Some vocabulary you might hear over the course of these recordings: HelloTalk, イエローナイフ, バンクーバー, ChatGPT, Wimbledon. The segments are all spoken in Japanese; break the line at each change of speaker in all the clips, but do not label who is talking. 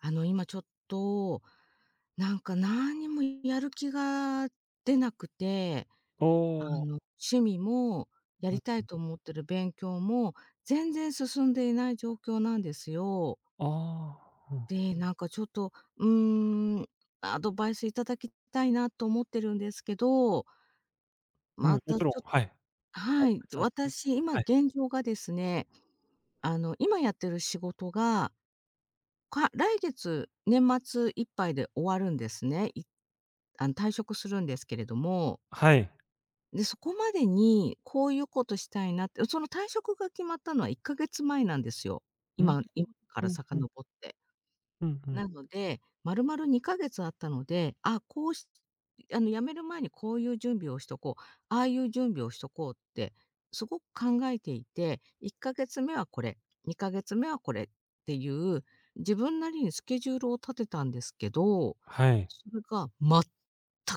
今ちょっと、何にもやる気が出なくて、
お
あ
お、
の、趣味もや
う
りた
ん、
いと思ってる勉強も全然進んでいない状況なんですよ。
ああ、う
で、なんかちょっと、うーん、アドバイスいただきたいなと思ってるんですけど、
ん、うん、
ま
も
た
ちろん、
ちょっと
はい。
は
お
い、
さして。
私、今
はい。
現状がですね、今やってる仕事が来月、年末いっぱいで終わるんですね。あの、退職するんですけれども、
はい。
で、そこまでにこういうことしたいなって、その退職が決まったのは1ヶ月前なんですよ。
うん、
今か
ふ
ら
んふん、
遡って。
ふんふん。
なので、丸々2ヶ月あったので、あ、こうしあの辞める前にこういう準備をしとこう、ああいう準備をしとこうって、すごく考えていて、1ヶ月目はこれ、2ヶ月目はこれっていう、自分なりにスケジュールを立てたんですけど、
はい。
それが全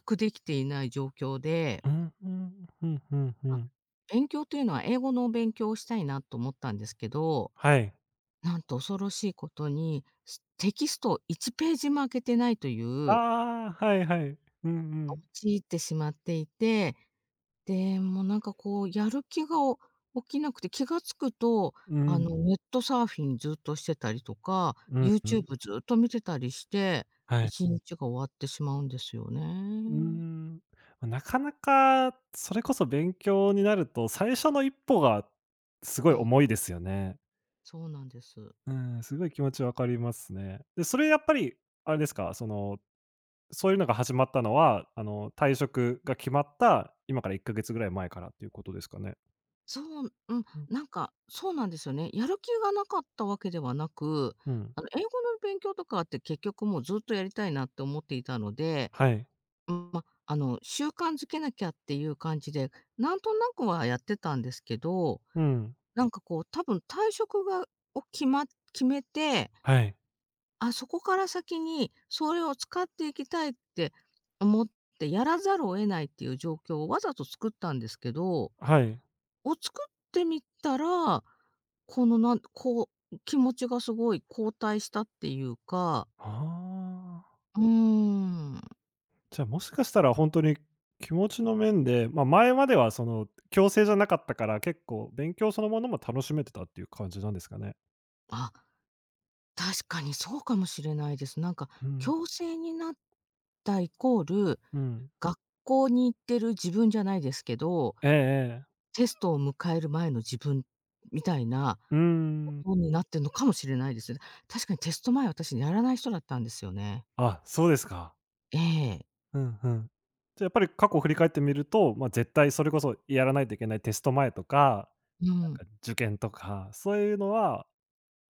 くできていない状況で、
うん、ふん、ふんふんふ
ま、
ん。
勉強というのは英語の勉強をしたいなと思ったんですけど
はい。
なんと恐ろしいことに、テキストを1ページも開けてないという、
ああ、はいはい。うんうん。
陥ってしまっていて、で、もうなんかこうやる気が起きなくて、気が付くと、
う
あ
ん、
のネットサーフィンずっとしてたりとか、
うんうん。
YouTube ずっと見てたりして、
はい。
1日が終わってしまうんですよ
うー
ね。
ん、なかなかそれこそ勉強になると、最初の一歩がすご
う
い
ん、
重いですよね。
そうなんです。
うん、すごい気持ち分かりますね。で、それやっぱりあれですか、そのそういうのが始まったのは、退職が決まった、今から1ヶ月ぐらい前からっていうことですかね。
そう、うん、
うん。
なんか、そうなんですよね。やる気がなかったわけではなく、
うん。
あの、英語の勉強とかって結局もうずっとやりたいなって思っていたので、
はい。
うん、ま、あの、習慣づけなきゃっていう感じで、なんとなくはやってたんですけど、
うん。
なんかこう多分退職がをきま決めて、
はい。
あ、そこから先にそれを使っていきたいって思ってやらざるを得ないっていう状況をわざと作ったんですけどを
はい。
作ってみたら、このなん気持ちがすごい後退したっていうか、
ああ。
うーん、
じゃあ、もしかしたらほんとに気持ちの面で、前まではその、強制じゃなかったから、結構勉強そのものも楽しめてたっていう感じなんですかね。
あ、確かにそうかもしれないです。なんか
うん。
強制になったイコール、
うん。
学校に行ってる自分じゃないですけど、
ええええ。
テストを迎える前の自分みたいな
うー
こ
ん。
とになってんのかもしれないですね。確かにテスト前、私やらない人だったんですよね。
あ、そうですか。
ええ、
うんうん。じゃ、やっぱり過去を振り返ってみると、絶対それこそやらないといけないテスト前とか
うん。
か、受験とか、そういうのは、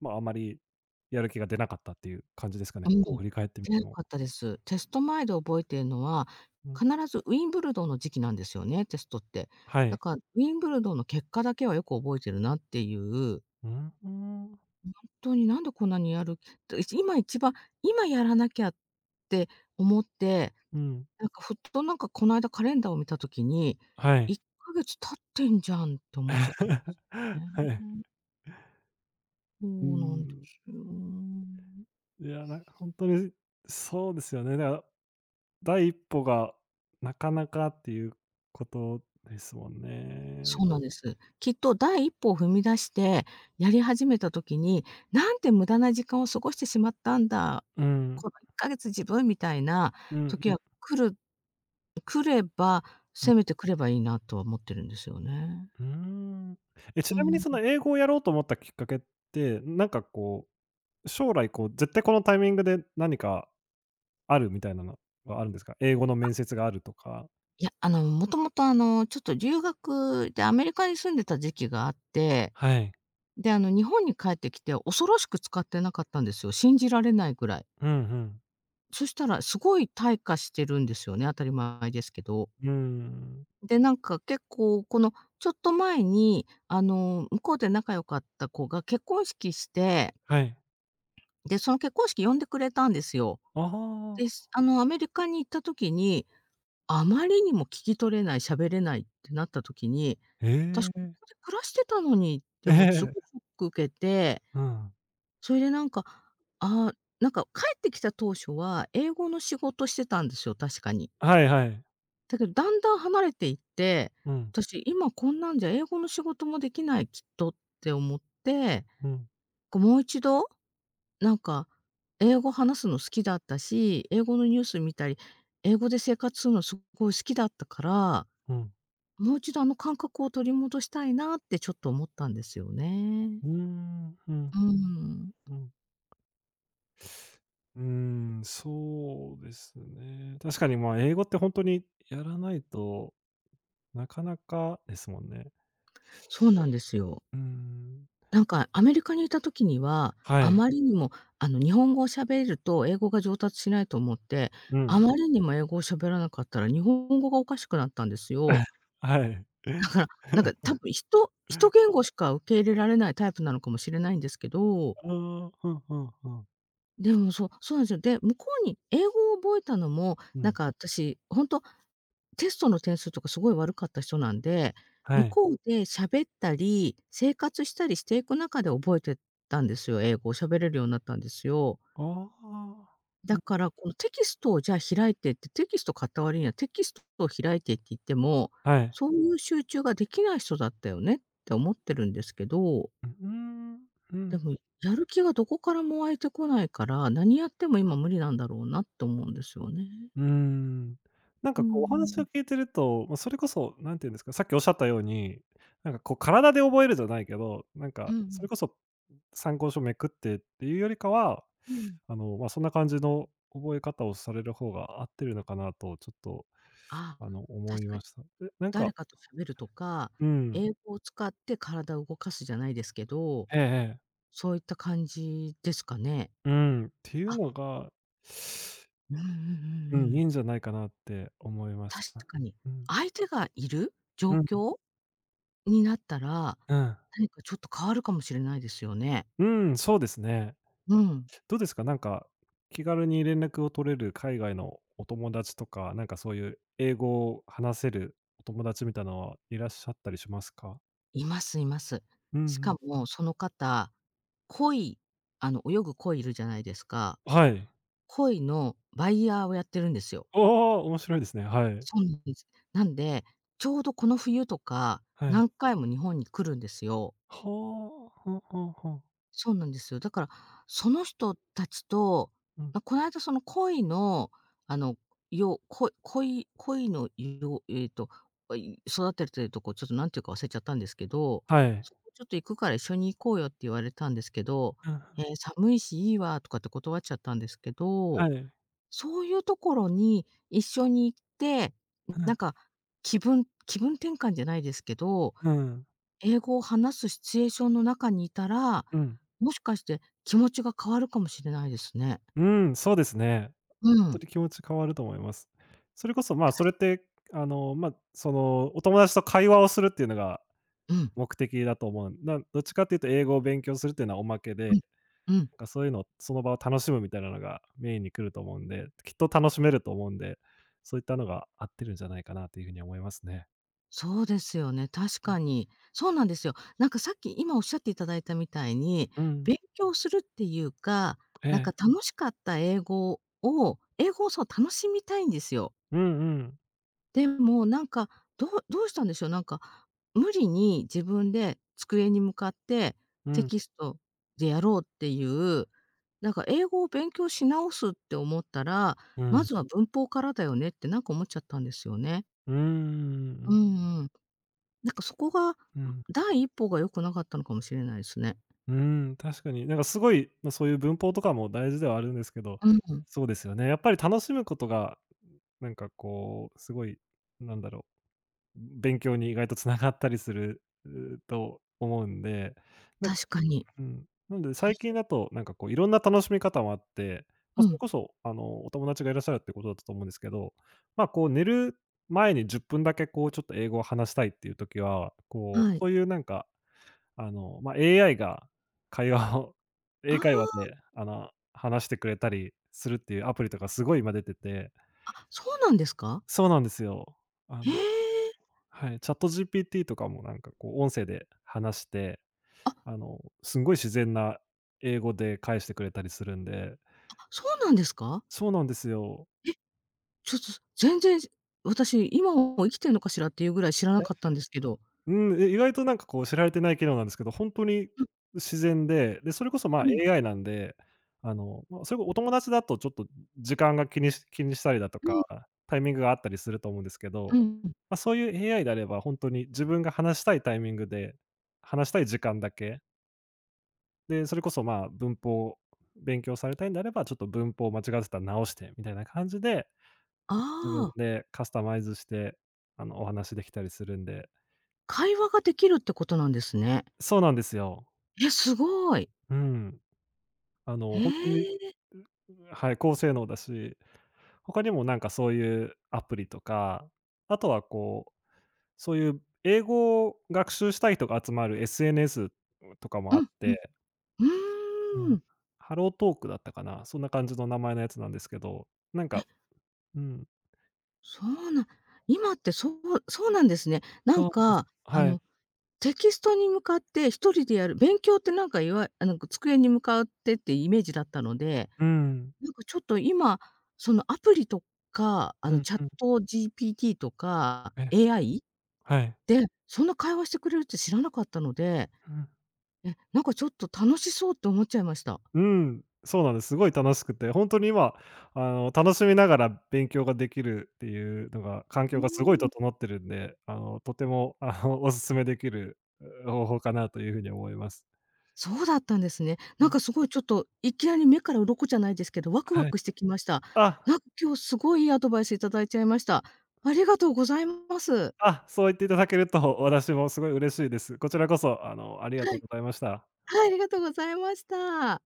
まあ、あまりやる気が出なかったっていう感じですかね、
う
過
ん、
去を振り返ってみて
な
も。
かったです。テスト前で覚えているのは、
うん、
必ずウィンブルドンの時期なんですよね、テストって。
は
だ
い。
から、ウィンブルドンの結果だけはよく覚えてるなっていう、
うんうん、
ほんとになんでこんなにやると、いち今一番、今やらなきゃって思って、
うん、
なんかふっとなんかこの間カレンダーを見た時に、
はい。
1ヶ月経ってんじゃんって思っちゃったんです
はい。
ね。そ
う
うなんで
ん、
すよ。
いや、なんか本当にそうですよね。だから第一歩がなかなかっていうことですもんね。
そうなんです。きっと第一歩を踏み出して、やり始めた時に、なんて無駄な時間を過ごしてしまったんだ、
うん、
この1ヶ月自分みたいな
うん、
時
うん、
は来れば、
うん。
せめて来ればいいなとは思ってるんですよね。
うーん。え、ち
う
なみに
ん。
その英語をやろうと思ったきっかけって、なんかこう将来こう、絶対このタイミングで何かあるみたいなのはあるんですか？英語の面接があるとか。
いや、あの、もともとあの、ちょっと留学でアメリカに住んでた時期があって、
はい。
で、あの、日本に帰ってきて恐ろしく使ってなかったんですよ。信じられないぐらい。
うんうん。
そしたらすごい退化してるんですよね、当たり前ですけど。
うーん。
で、なんか結構このちょっと前に、あの、向こうで仲良かった子が結婚式して、
はい。
で、その結婚式呼んでくれたんですよ。
あ
で、
あ、
あの、アメリカに行った時に、あまりにも聞き取れない、喋れないってなった時に、私
え
こ
え。
こ で暮らしてたのにって
え
思ってす
え。
ごいショック受けて、
うん。
それでなんか、ああ、なんか帰ってきた当初は英語の仕事してたんですよ、確かに。
はいはい。
だけど、だんだん離れていって、
うん、
私今こんなんじゃ英語の仕事もできないきっとって思って、
うん、
こうもう一度、なんか英語話すの好きだったし、英語のニュース見たり、英語で生活するのすごい好きだったから、
うん。
もう一度あの感覚を取り戻したいなってちょっと思ったんですよね。
うーん、うん、
うん、
うん。うーん、そうですね。確かに、あ英語ってほんとにやらないと、なかなかですもんね。
そうなんですよ。
うーん。
なんかアメリカにいた時には、
は
あ
い。
まりにもあの日本語を喋ると英語が上達しないと思って、
う
あ
ん。
まりにも英語を喋らなかったら日本語がおかしくなったんですよ。
はい。
だから、なんか多分1言語しか受け入れられないタイプなのかもしれないんですけど
ああ、ふんふんふん。
でも、そうなんですよ。で、向こうに英語を覚えたのも、
う
なん
ん、
か私、ほんと、テストの点数とかすごい悪かった人なんで、
は
向
い。
こうで喋ったり、生活したりしていく中で覚えてったんですよ、英語を喋れるようになったんですよ。
あ
だから、このテキストをじゃあ開いてって、テキスト買った割にはテキストを開いてって言っても、
あ、はい。
そういう集中ができない人だったよねって思ってるんですけど
ううーん、う
で
ん、
も、やる気がどこからも湧いてこないから、何やっても今無理なんだろうなって思うんですよね。
うーん。なん
う
かこうお話を
ん。
聞いてると、それこそ何て言うんですか、さっきおっしゃったように、なんかこう体で覚えるじゃないけど、なん
うん
か
う
そ
ん。
れこそ参考書めくってっていうよりかは、
うん。
そんな感じの覚え方をされる方が合ってるのかなとちょっと、
ああ、
思
確
い
か
ま
に。
した。え、なんか
誰かと喋るとか、
うん、
英語を使って体を動かすじゃないですけど、
ええええ。
そういった感じですかね。
うん、っていう
あ、
のが
うんうんうんう
うん、い
ん。
いんじゃないかなって思いまし
確
た。
かに。
うん。
相手がいる状
うん。
況になったら、
うん。
何かちょっと変わるかもしれないですよね。
うん、そうですね。
うん。
どうですか？なんか、気軽に連絡を取れる海外のお友達とか、なんかそういう英語を話せるお友達みたいなのはいらっしゃったりしますか？
いますいます。
うんう
しか
ん。
もその方、鯉、あの、泳ぐ鯉いるじゃないですか。
はい。
鯉のバイヤーをやってるんですよ。
おお、面白いですね。はい。
そうなんです。なんで、ちょうどこの冬とか、
はい。
何回も日本に来るんですよ。
ほう、ほうほうほう。
そうなんですよ。だから、その人たちと、
うん。
ま、この間その恋の、あの、よこ恋恋のえっと、育ててるとこ、ちょっとなんていうか忘れちゃったんですけど、
はい。
そこちょっと行くから一緒に行こうよって言われたんですけど、
うん、
ええ、寒いしいいわとかって断っちゃったんですけど、
はい。
そういうところに一緒に行って、
う
なん
ん。
か気分転換じゃないですけど、
うん。
英語を話すシチュエーションの中にいたら、
うん。
もしかして気持ちが変わるかもしれないですね。
うん、そうですね。
う
当
ん。
に気持ち変わると思います。それこそ、まあ、
た
そ
し
れって、その、お友達と会話をするっていうのが
うん、
目的だと思う。などっちかっていうと英語を勉強するっていうのはおまけ
う
で、
ん、うん。
なんかそういうのその場を楽しむみたいなのがメインに来ると思うんで、きっと楽しめると思うんで、そういったのが合ってるんじゃないかなというふうに思いますね。
そうですよね、確
うん、
かに。そうなんですよ。なんかさっき今おっしゃっていただいたみたいに、
うん、
勉強するっていうか、
え
なんか
え。
楽しかった英語をそう楽しみたいんですよ。
うんうん。
でも、なんか、どうしたんでしょう、なんか、無理に自分で机に向かって
う
テ
ん、
キストでやろうっていう、なんか英語を勉強し直すって思ったら、
う
ま
ん。
ずは文法からだよねってなんか思っちゃったんですよね。
うーん、うんう
う
ん。
んうん。なんかそこが、
うん。
第一歩が良くなかったのかもしれないですね。
うーん、確かに。なんかすごい、そういう文法とかも大事ではあるんですけど、
うん、
そうですよね。やっぱり楽しむことが、なんかこう、すごい、なんだろう、勉強に意外と繋がったりする、うと思うんで、なんか
確かに。
うん、なんで
そう
最
で
近だと、なんかこういろんな楽しみ方もあって、
う
それ
ん、
こそ、お友達がいらっしゃるってことだったと思うんですけど、こう寝る前に10分だけこうちょっと英語を話したいっていう時は、こ
は
う、
い。
そういうなんかまあ、AI が会話を
あ
英会話
あ、
で、話してくれたりするっていうアプリとかすごい今出てて
あ、そうなんですか？
そうなんですよ。あ
へ
の
え。
はい、ChatGPT とかもなんかこう音声で話して、
あ、
すんごい自然な英語で返してくれたりするんで
そうなんですか？
そうなんですよ。
ちょっと、全然、私、今も生きてんのかしらっていうぐらい知らなかったんですけど。
うん、え、意外となんかこう知られてない機能なんですけど、ほんとに
うん、
自然で、で、それこそ、
うん、
AI なんで、それこお友達だとちょっと時間が気にしたりだと
う
か、
ん、
タイミングがあったりすると思うんですけ
う
ど、
ん。
そういう AI であればほんとに自分が話したいタイミングで、話したい時間だけ、で、それこそ、まあ、文法勉強されたいんであれば、ちょっと文法を間違ってたら直してみたいな感じで、
あ
自分
あ、
でカスタマイズして、お話できたりするんで
会話ができるってことなんですね。
そうなんですよ。
え、すごい。
うん。
へ
ほんとに、
え。
はい、高性能だし、他にもなんかそういうアプリとか、あとはこう、そういう英語を学習したい人が集まる SNS とかも
う
あっ
ん、うん。
て、う
うー
ん、
ん。
ハロートークだったかな、そんな感じの名前のやつなんですけど、なんかうん、
そうな今ってそうそうなんですね。なん
そうです。
か、あ
はい。
の、テキストに向かって一人でやる勉強ってなんかあの、机に向かってってイメージだったので
うん。
なんかちょっと今、そのアプリとか、あ
う
の、
ん
チャッ
うん。
ト GPT とか
ええ、
AI
はい。
で、そんな会話してくれるって知らなかったので、
うん。
え、なんかちょっと楽しそうって思っちゃいました。
うん、そうなんです。すごい楽しくて、本当に今、楽しみながら勉強ができるっていうのが、環
う
境がすごい
ーん、
整ってるんで、とても、お勧めできる、う方法かなというふうに思います。
そうだったんですね。
う
なん
ん、
かすごいちょっと、いきなり目から鱗じゃないですけど、ワクワ
はい。
クしてきました。なん
あ、
か今日すごいいいアドバイスいただいちゃいました。ありがとうございます。
あ、そう言っていただけると、私もすごい嬉しいです。こちらこそ、ありが
は
とう
い、
ございました。
はい、ありがとうございました。